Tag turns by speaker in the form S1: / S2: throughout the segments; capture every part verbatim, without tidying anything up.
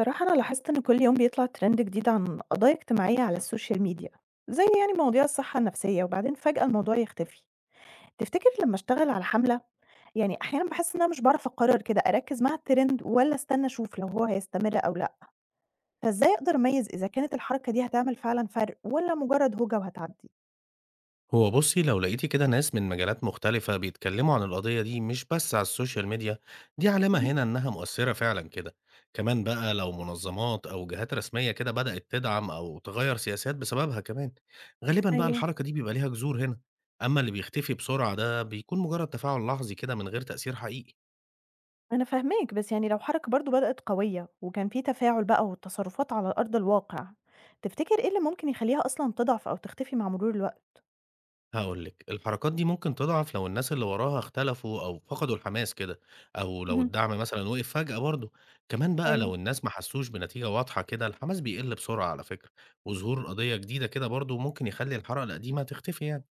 S1: صراحة أنا لاحظت إن كل يوم بيطلع ترند جديد عن قضايا اجتماعية على السوشيال ميديا زي يعني مواضيع الصحة النفسية وبعدين فجأة الموضوع يختفي. تفتكر لما أشتغل على حملة، يعني أحيانا بحس إن أنا مش بعرف أقرر كده أركز مع الترند ولا أستنى أشوف لو هو هيستمر أو لأ، فإزاي أقدر أميز إذا كانت الحركة دي هتعمل فعلا فرق ولا مجرد هوجة وهتعدي؟
S2: هو بُصّي، لو لقيتِ كده ناس من مجالات مختلفة بيتكلّموا عن القضية دي مش بس على السوشيال ميديا، دي علامة
S1: مم.
S2: هنا إنّها مؤثّرة فعلًا كده. كمان بقى لو منظّمات أو جهات رسمية كده بدأت تدعم أو تغيّر سياسات بسببها كمان، غالبًا بقى
S1: ايوه،
S2: الحركة دي بيبقى ليها جذور هنا. أمّا اللي بيختفي بسرعة ده بيكون مجرّد تفاعل لحظي كده من غير تأثير حقيقي.
S1: أنا فاهماك، بس يعني لو حركة برضو بدأت قوية وكان في تفاعل بقى والتصرفات على أرض الواقع، تفتكر إيه اللي ممكن يخليها أصلا تضعف أو تختفي مع مرور الوقت؟
S2: هاقول لِك، الحركات دي ممكن تضعف لو الناس اللي وراها اختلفوا أو فقدوا الحماس كده، أو لو الدعم مثلًا وقف فجأة برضه، كمان بقى
S1: أيوه.
S2: لو الناس ما حسوش بنتيجة واضحة كده الحماس بيقل بسرعة على فكرة، وظهور قضية جديدة كده برضه ممكن يخلي الحركة القديمة تختفي يعني.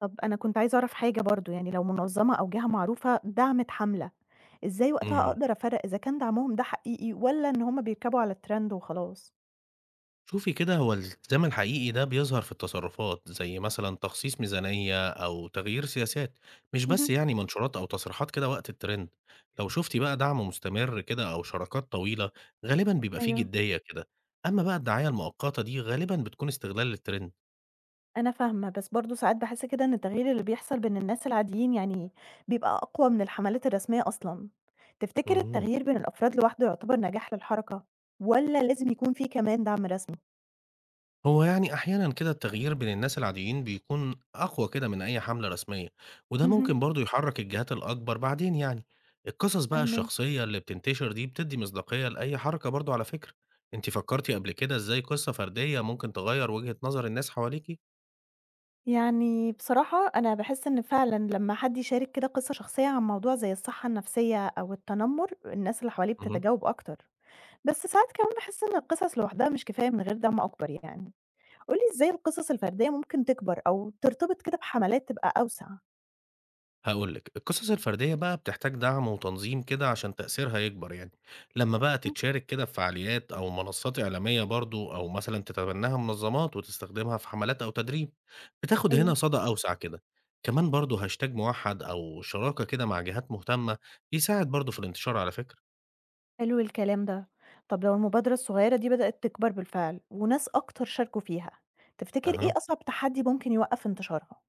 S1: طب أنا كنت عايزة أعرف حاجة برضه، يعني لو منظمة أو جهة معروفة دعمِت حملة، إزاي وقتها
S2: إمم.
S1: أقدر أفرّق إذا كان دعمهم ده حقيقي والّا إن هُم بيركبوا على الtrend وخلاص؟
S2: شوفي كده هو الالتزام الحقيقي ده بيظهر في التصرفات زي مثلا تخصيص ميزانية أو تغيير سياسات مش بس
S1: اهم،
S2: يعني منشورات أو تصريحات كده وقت الترند. لو شفتي بقى دعم مستمر كده أو شراكات طويلة غالبا بيبقى فيه
S1: أيوه.
S2: جدية كده. أما بقى الدعاية المؤقتة دي غالبا بتكون استغلال للترند.
S1: أنا فاهمة، بس برضه ساعات باحس كده إن التغيير اللي بيحصل بين الناس العاديين يعني بيبقى أقوى من الحملات الرسمية أصلًا. تفتكري
S2: مم.
S1: التغيير بين الأفراد لوحده يعتبر نجاح للحركة والّا لازم يكون في كمان دعم رسمي؟
S2: هو يعني أحيانا كده التغيير بين الناس العاديين بيكون أقوى كده من أي حملة رسمية، وده
S1: اهم،
S2: ممكن برضو يحرك الجهات الأكبر بعدين يعني. القصص بقى
S1: فاهماك.
S2: الشخصية اللي بتنتشر دي بتدي مصداقية لأي حركة برضو على فكرة. أنت فكرتي قبل كده إزاي قصة فردية ممكن تغير وجهة نظر الناس حواليكي؟
S1: يعني بصراحة أنا باحس إن فعلًا لمّا حد يشارك كده قصة شخصية عن موضوع زي الصحة النفسية أو التنمر، الناس اللي حواليه
S2: مهم.
S1: بتتجاوب أكتر، بس ساعات كمان باحس إن القصص لوحدها مش كفاية من غير دعم أكبر يعني، قُل لي إزاي القصص الفردية ممكن تكبر أو ترتبط كده بحملات تبقى أوسع؟
S2: هاقول لِك، القصص الفردية بقى بتحتاج دعم وتنظيم كده عشان تأثيرها يكبر يعني، لمّا بقى
S1: إمم.
S2: تتشارك كده في فعاليات أو منصات إعلامية برضه، أو مثلًا تتبناها منظمات وتستخدمها في حملات أو تدريب، بتاخد هنا
S1: أيوه،
S2: صدى أوسع كده، كمان برضه هاشتاج موحد أو شراكة كده مع جهات مهتمة بيساعد برضه في الانتشار على فكرة.
S1: حلو الكلام ده. طب لو المبادرة الصغيرة دي بدأت تكبر بالفعل وناس أكتر شاركوا فيها، تفتكر إيه
S2: أها.
S1: أصعب تحدي ممكن يوقف انتشارها؟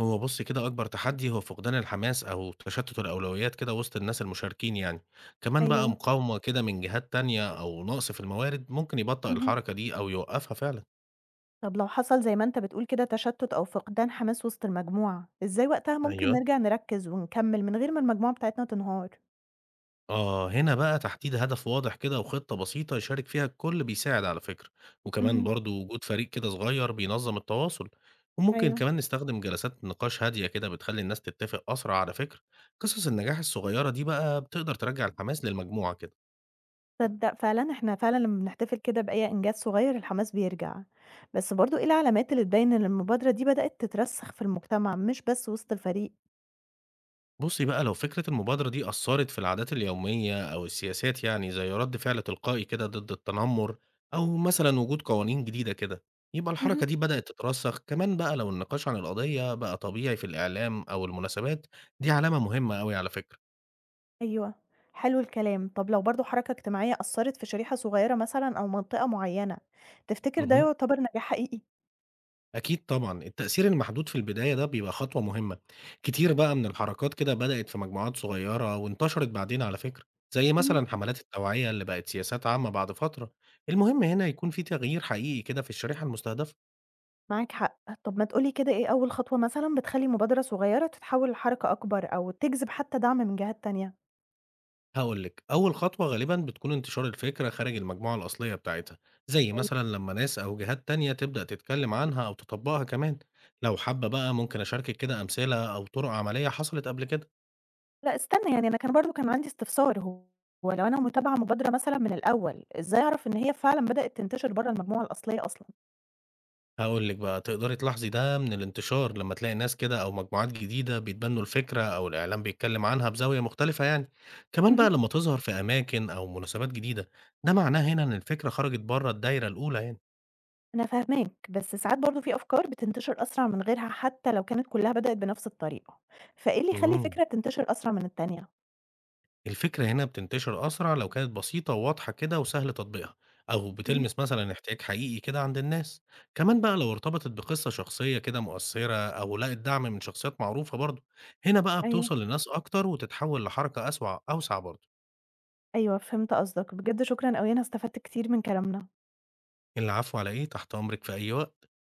S2: هو بُص كده أكبر تحدي هو فقدان الحماس أو تشتُّت الأولويات كده وسط الناس المشاركين يعني، كمان بقى
S1: أيوه،
S2: مقاومة كده من جهات تانية أو نقص في الموارد ممكن يبطّئ
S1: اهم.
S2: الحركة دي أو يوقّفها فعلًا.
S1: طب لو حصل زي ما أنت بتقول كده تشتت أو فقدان حماس وسط المجموعة، إزاي وقتها ممكن
S2: أيوه.
S1: نرجع نركز ونكمل من غير ما المجموعة بتاعتنا تنهار؟
S2: آه، هنا بقى تحديد هدف واضح كده وخطة بسيطة يشارك فيها الكل بيساعد على فكرة، وكمان
S1: اهم،
S2: برضه وجود فريق كده صغير بينظّم التواصل، وممكن
S1: أيوه.
S2: كمان نستخدم جلسات نقاش هادية كده بتخلّي الناس تتّفق أسرع على فكرة، قصص النجاح الصغيرة دي بقى بتقدر ترجّع الحماس للمجموعة كده.
S1: تصدق فعلًا إحنا فعلًا لما بنحتفل كده بأي إنجاز صغير الحماس بيرجع، بس برضه إيه العلامات اللي تبين إن المبادرة دي بدأت تترسخ في المجتمع مش بس وسط الفريق؟
S2: بُصّي بقى، لو فكرة المبادرة دي أثّرت في العادات اليومية أو السياسات يعني زي رَد فعل تلقائي كده ضد التنمر أو مثلًا وجود قوانين جديدة كده، يبقى الحركة
S1: اهم.
S2: دي بدأت تترسّخ. كمان بقى لو النقاش عن القضية بقى طبيعي في الإعلام أو المناسبات، دي علامة مهمة أوي على فكرة.
S1: أيوه، حلو الكلام. طب لو برضه حركة اجتماعية أثرت في شريحة صغيرة مثلًا أو منطقة معينة، تفتكر ده
S2: اهم.
S1: يعتبر نجاح حقيقي؟
S2: أكيد طبعًا، التأثير المحدود في البداية ده بيبقى خطوة مهمة، كتير بقى من الحركات كده بدأت في مجموعات صغيرة وانتشرت بعدين على فكرة، زي مثلًا حملات التوعية اللي بقت سياسات عامة بعد فترة، المهم هنا يكون في تغيير حقيقي كده في الشريحة المستهدفة،
S1: معاك حق. طب ما تقول لي كده إيه أول خطوة مثلًا بتخلّي مبادرة صغيرة تتحول لحركة أكبر أو تجذب حتى دعم من جهات تانية؟
S2: هاقول لِك أول خطوة غالبًا بتكون انتشار الفكرة خارج المجموعة الأصلية بتاعتها، زي
S1: أيوه.
S2: مثلًا لما ناس أو جهات تانية تبدأ تتكلم عنها أو تطبقها كمان، لو حابة بقى ممكن أشاركِك كده أمثلة أو طرق عملية حصلت قبل كده.
S1: لأ استنى، يعني أنا كان برضه كان عندي استفسار. هو هو لو أنا متابعة مبادرة مثلًا من الأول، إزاي أعرف إن هي فعلًا بدأت تنتشر برّه المجموعة الأصلية أصلًا؟
S2: هاقول لِك بقى، تقدري تلاحظي ده من الانتشار، لمّا تلاقي ناس كده أو مجموعات جديدة بيتبنوا الفكرة أو الإعلام بيتكلم عنها بزاوية مختلفة يعني، كمان
S1: اهم.
S2: بقى لمّا تظهر في أماكن أو مناسبات جديدة، ده معناه هنا إن الفكرة خرجت برّه الدايرة الأولى يعني.
S1: أنا فاهماك، بس ساعات برضه في أفكار بتنتشر أسرع من غيرها حتى لو كانت كلها بدأت بنفس الطريقة، فإيه اللي يخلّي
S2: إمم.
S1: فكرة تنتشر أسرع من التانية؟
S2: الفكرة هنا بتنتشر أسرع لو كانت بسيطة وواضحة كده وسهل تطبيقها، أو
S1: اهم،
S2: بتلمس مثلًا احتياج حقيقي كده عند الناس، كمان بقى لو ارتبطت بقصة شخصية كده مؤثرة أو لقت دعم من شخصيات معروفة برضه، هنا بقى
S1: أيوه.
S2: بتوصل لناس أكتر وتتحول لحركة أسوع أوسع برضه.
S1: أيوه فهمت قصدك، بجد شكرًا أوي أنا استفدت كتير من كلامنا.
S2: العفو على إيه، تحت أمرِك في أي وقت.